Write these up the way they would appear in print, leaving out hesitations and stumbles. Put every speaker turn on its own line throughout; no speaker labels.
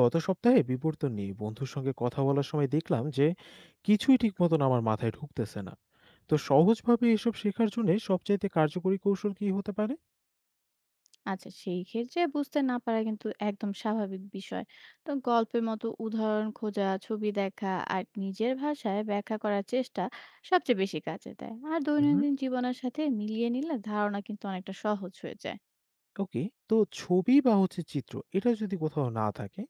গত সপ্তাহে বিবর্তন নিয়ে বন্ধুর সঙ্গে কথা বলার সময় দেখলাম যে কিছুই ঠিক মতন আমার মাথায় ঢুকতেছে না। তো সহজভাবে এসব শেখার জন্য সবচাইতে কার্যকরী কৌশল কি হতে পারে?
আচ্ছা সেই ক্ষেত্রে বুঝতে না পারা কিন্তু একদম স্বাভাবিক বিষয়। তো গল্পের মতো উদাহরণ খোঁজা, ছবি দেখা আর নিজের ভাষায় ব্যাখ্যা করার চেষ্টা সবচেয়ে বেশি কাজে দেয়। আর
হুম।
দৈনন্দিন জীবনের সাথে মিলিয়ে নিলে ধারণা কিন্তু অনেকটা সহজ হয়ে যায়।
ওকে। তো ছবি বা চিত্র এটা যদি কোথাও না থাকে,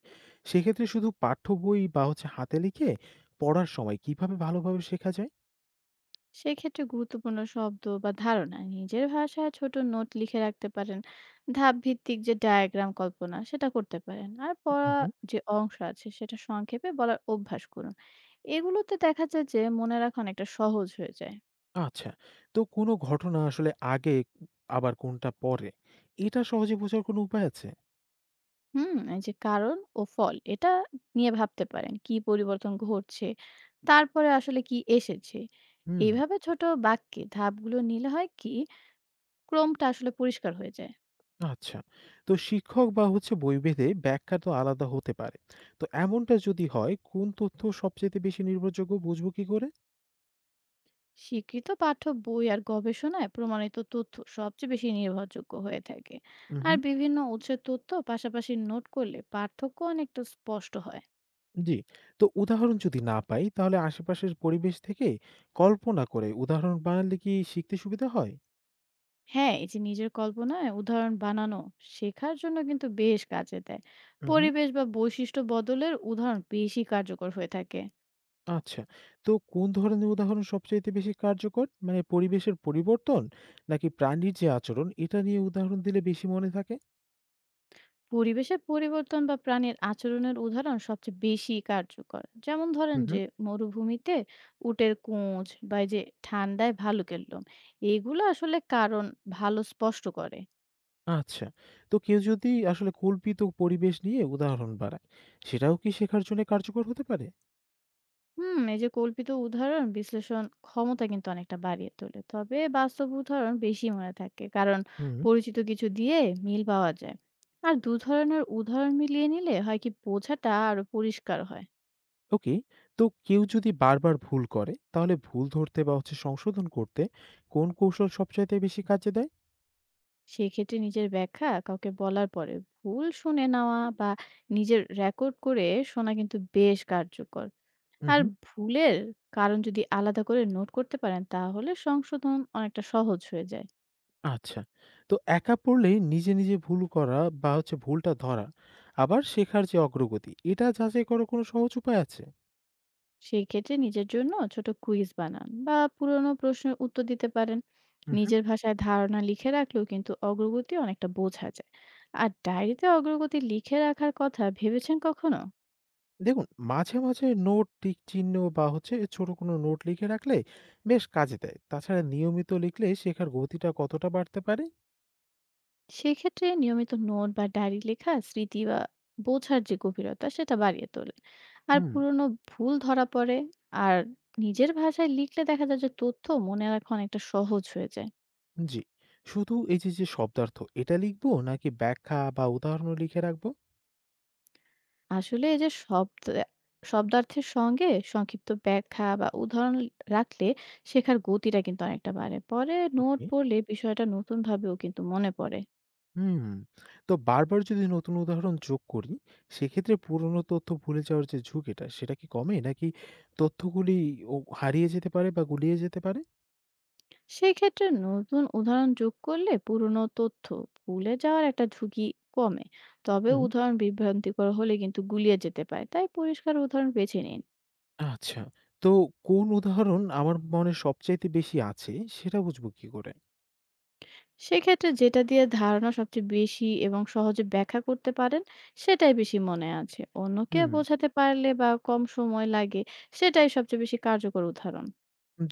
সেক্ষেত্রে শুধু পাঠ্য বই বা হাতে লিখে পড়ার সময় কিভাবে ভালোভাবে শেখা যায়?
সেক্ষেত্রে গুরুত্বপূর্ণ শব্দ বা ধারণা নিজের ভাষায় ছোট নোট লিখে রাখতে পারেন। ধাপ ভিত্তিক যে ডায়াগ্রাম, কল্পনা সেটা করতে পারেন। আর পড়া
হুম।
যে অংশ আছে সেটা সংক্ষেপে বলার অভ্যাস করুন। এগুলোতে দেখা যায় যে মনে রাখা অনেকটা সহজ হয়ে যায়।
আচ্ছা। তো কোনো ঘটনা আসলে আগে আবার কোনটা পরে, এটা সহজে বোঝার কোনো উপায় আছে?
হুম, এই যে কারণ ও ফল, এটা নিয়ে ভাবতে পারেন। কি পরিবর্তন ঘটছে? তারপরে আসলে কি এসেছে? এইভাবে ছোট বাক্যে ধাপগুলো নিলে হয় কি, ক্রমটা আসলে পরিষ্কার হয়ে যায়।
আচ্ছা। তো শিক্ষক বা বইভেদে ব্যাখ্যা তো আলাদা হতে পারে। তো এমনটা যদি হয় কোন তথ্য সবচাইতে বেশি নির্ভরযোগ্য বুঝবো কি করে?
স্বীকৃত পাঠ্য বই আর গবেষণায় প্রমাণিত তথ্য সবচেয়ে বেশি নির্ভরযোগ্য হয়ে থাকে। আর
হুম।
বিভিন্ন উৎসের তথ্য পাশাপাশি নোট করলে পার্থক্য অনেকটা স্পষ্ট হয়।
জি। তো উদাহরণ যদি না পাই তাহলে আশেপাশের পরিবেশ থেকে কল্পনা করে উদাহরণ বানালে কি শিখতে সুবিধা হয়?
হ্যাঁ, এই যে নিজের কল্পনায় উদাহরণ বানানো শেখার জন্য কিন্তু বেশ কাজে দেয়।
হুম।
পরিবেশ বা বৈশিষ্ট্য বদলের উদাহরণ বেশি কার্যকর হয়ে থাকে।
আচ্ছা। তো কোন ধরনের উদাহরণ সবচাইতে বেশি কার্যকর? মানে পরিবেশের পরিবর্তন নাকি প্রাণীর যে আচরণ এটা নিয়ে উদাহরণ দিলে বেশি মনে থাকে?
পরিবেশের পরিবর্তন বা প্রাণীর আচরণের উদাহরণ সবচেয়ে বেশি কার্যকর। যেমন ধরেন যে মরুভূমিতে উটের কোঁচ বা এই যে ঠান্ডায় ভালুকের লোম। এগুলো আসলে কারণ ভালো স্পষ্ট করে।
আচ্ছা। তো কেউ যদি আসলে কল্পিত পরিবেশ নিয়ে উদাহরণ বানায়, সেটাও কি শেখার জন্য কার্যকর হতে পারে?
হুম, এই যে কল্পিত উদাহরণ বিশ্লেষণ ক্ষমতা কিন্তু অনেকটা বাড়িয়ে তোলে। তবে বাস্তব উদাহরণ বেশি মনে থাকে, কারণ
হুম।
পরিচিত কিছু দিয়ে মিল পাওয়া যায়। আর দু ধরনের উদাহরণ মিলিয়ে নিলে হয় কি, বোঝাটা আরো পরিষ্কার হয়।
ওকে। তো কেউ যদি বারবার ভুল করে, তাহলে ভুল ধরতে বা সংশোধন করতে কোন কৌশল সবচাইতে বেশি কাজে দেয়?
সেক্ষেত্রে নিজের ব্যাখ্যা কাউকে বলার পরে ভুল শুনে নেওয়া বা নিজের রেকর্ড করে শোনা কিন্তু বেশ কার্যকর।
হুম,
আর
হুম।
ভুলের কারণ যদি আলাদা করে নোট করতে পারেন, তাহলে সংশোধন অনেকটা সহজ হয়ে যায়।
আচ্ছা। তো একা পড়লে নিজে ভুল করা বা ভুলটা ধরা, আবার শেখার যে অগ্রগতি, এটা যাচাই করার কোনো সহজ উপায় আছে?
সেই ক্ষেত্রে নিজের জন্য ছোট কুইজ বানান বা পুরনো প্রশ্নের উত্তর দিতে পারেন।
হুম, হুম।
নিজের ভাষায় ধারণা লিখে রাখলেও কিন্তু অগ্রগতি অনেকটা বোঝা যায়। আর ডায়েরিতে অগ্রগতি লিখে রাখার কথা ভেবেছেন কখনো?
দেখুন মাঝে নোট, টিক চিহ্ন বা ছোট কোনো নোট লিখে রাখলে বেশ কাজে দেয়। তাছাড়া নিয়মিত লিখলে শেখার গতিটা কতটা বাড়তে পারে?
সেক্ষেত্রে নিয়মিত নোট বা ডায়েরি লেখা স্মৃতি বা বোঝার যে গভীরতা সেটা বাড়িয়ে তোলে। আর
হুম।
পুরনো ভুল ধরা পড়ে। আর নিজের ভাষায় লিখলে দেখা যায় যে তথ্য মনে রাখা অনেকটা সহজ হয়ে যায়।
জি। শুধু এই যে, যে শব্দার্থ এটা লিখবো নাকি ব্যাখ্যা বা উদাহরণও লিখে রাখবো?
আসলে এই যে শব্দ শব্দার্থের সঙ্গে সংক্ষিপ্ত ব্যাখ্যা বা উদাহরণ রাখলে শেখার গতিটা কিন্তু অনেকটা বাড়ে। পরে নোট
ওকে।
পড়লে বিষয়টা নতুন ভাবেও কিন্তু মনে পড়ে।
হুম, তো বারবার যদি নতুন উদাহরণ যোগ করি সেক্ষেত্রে পুরনো তথ্য ভুলে যাওয়ার যে ঝুঁকিটা সেটা কি কমে নাকি তথ্যগুলি ও হারিয়ে যেতে পারে বা গুলিয়ে যেতে পারে?
সেই ক্ষেত্রে নতুন উদাহরণ যোগ করলে পুরনো তথ্য ভুলে যাওয়ার একটা ঝুঁকি কমে। তবে
হুম।
উদাহরণ বিভ্রান্তিকর হলে কিন্তু গুলিয়ে যেতে পারে, তাই পরিষ্কার উদাহরণ বেছে নিন।
আচ্ছা। তো কোন উদাহরণ আমার মনে সবচাইতে বেশি আছে সেটা বুঝবো কি করে?
সেক্ষেত্রে যেটা দিয়ে ধারণা সবচেয়ে বেশি এবং সহজে ব্যাখ্যা করতে পারেন, সেটাই বেশি মনে আছে। অন্যকে
হুম।
বোঝাতে পারলে বা কম সময় লাগে, সেটাই সবচেয়ে বেশি কার্যকর উদাহরণ।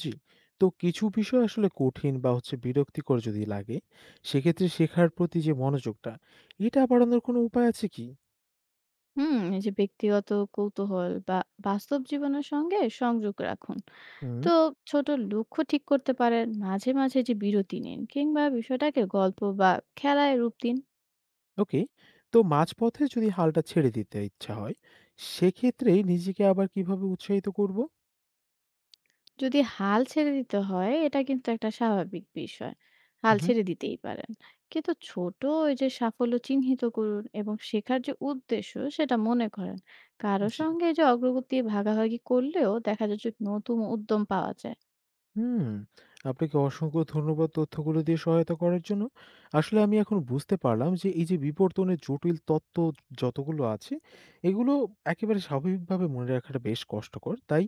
জি। তো কিছু বিষয় আসলে কঠিন বা বিরক্তিকর যদি লাগে, সেক্ষেত্রে শেখার প্রতি যে মনোযোগটা, এটা বাড়ানোর কোনো উপায় আছে কি?
হুম, এই যে ব্যক্তিগত কৌতূহল বা বাস্তব জীবনের সঙ্গে সংযোগ রাখুন।
হুম।
তো ছোট লক্ষ্য ঠিক করতে পারেন, মাঝে মাঝে যে বিরতি নিন, কিংবা বিষয়টাকে গল্প বা খেলায় রূপ দিন।
ওকে। তো মাঝপথে যদি হালটা ছেড়ে দিতে ইচ্ছা হয়, সেক্ষেত্রে নিজেকে আবার কিভাবে উৎসাহিত করব?
যদি হাল ছেড়ে দিতে হয়, এটা কিন্তু একটা স্বাভাবিক বিষয়। হাল
উহু।
ছেড়ে দিতেই পারেন। কিন্তু ছোট ওই যে সাফল্য চিহ্নিত করুন এবং শেখার যে উদ্দেশ্য সেটা মনে করেন। কারো
জি।
সঙ্গে এই যে অগ্রগতি ভাগাভাগি করলেও দেখা যায় যে নতুন উদ্যম পাওয়া যায়।
হুম, আপনাকে অসংখ্য ধন্যবাদ তথ্যগুলো দিয়ে সহায়তা করার জন্য। আসলে আমি এখন বুঝতে পারলাম যে এই যে বিবর্তনের জটিল তত্ত্ব যতগুলো আছে, এগুলো একেবারে স্বাভাবিকভাবে মনে রাখাটা বেশ কষ্টকর। তাই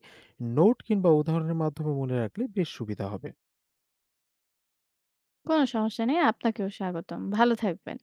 নোট কিংবা উদাহরণের মাধ্যমে মনে রাখলে বেশ সুবিধা হবে।
কোনো সমস্যা নেই। আপনাকেও স্বাগতম। ভালো থাকবেন।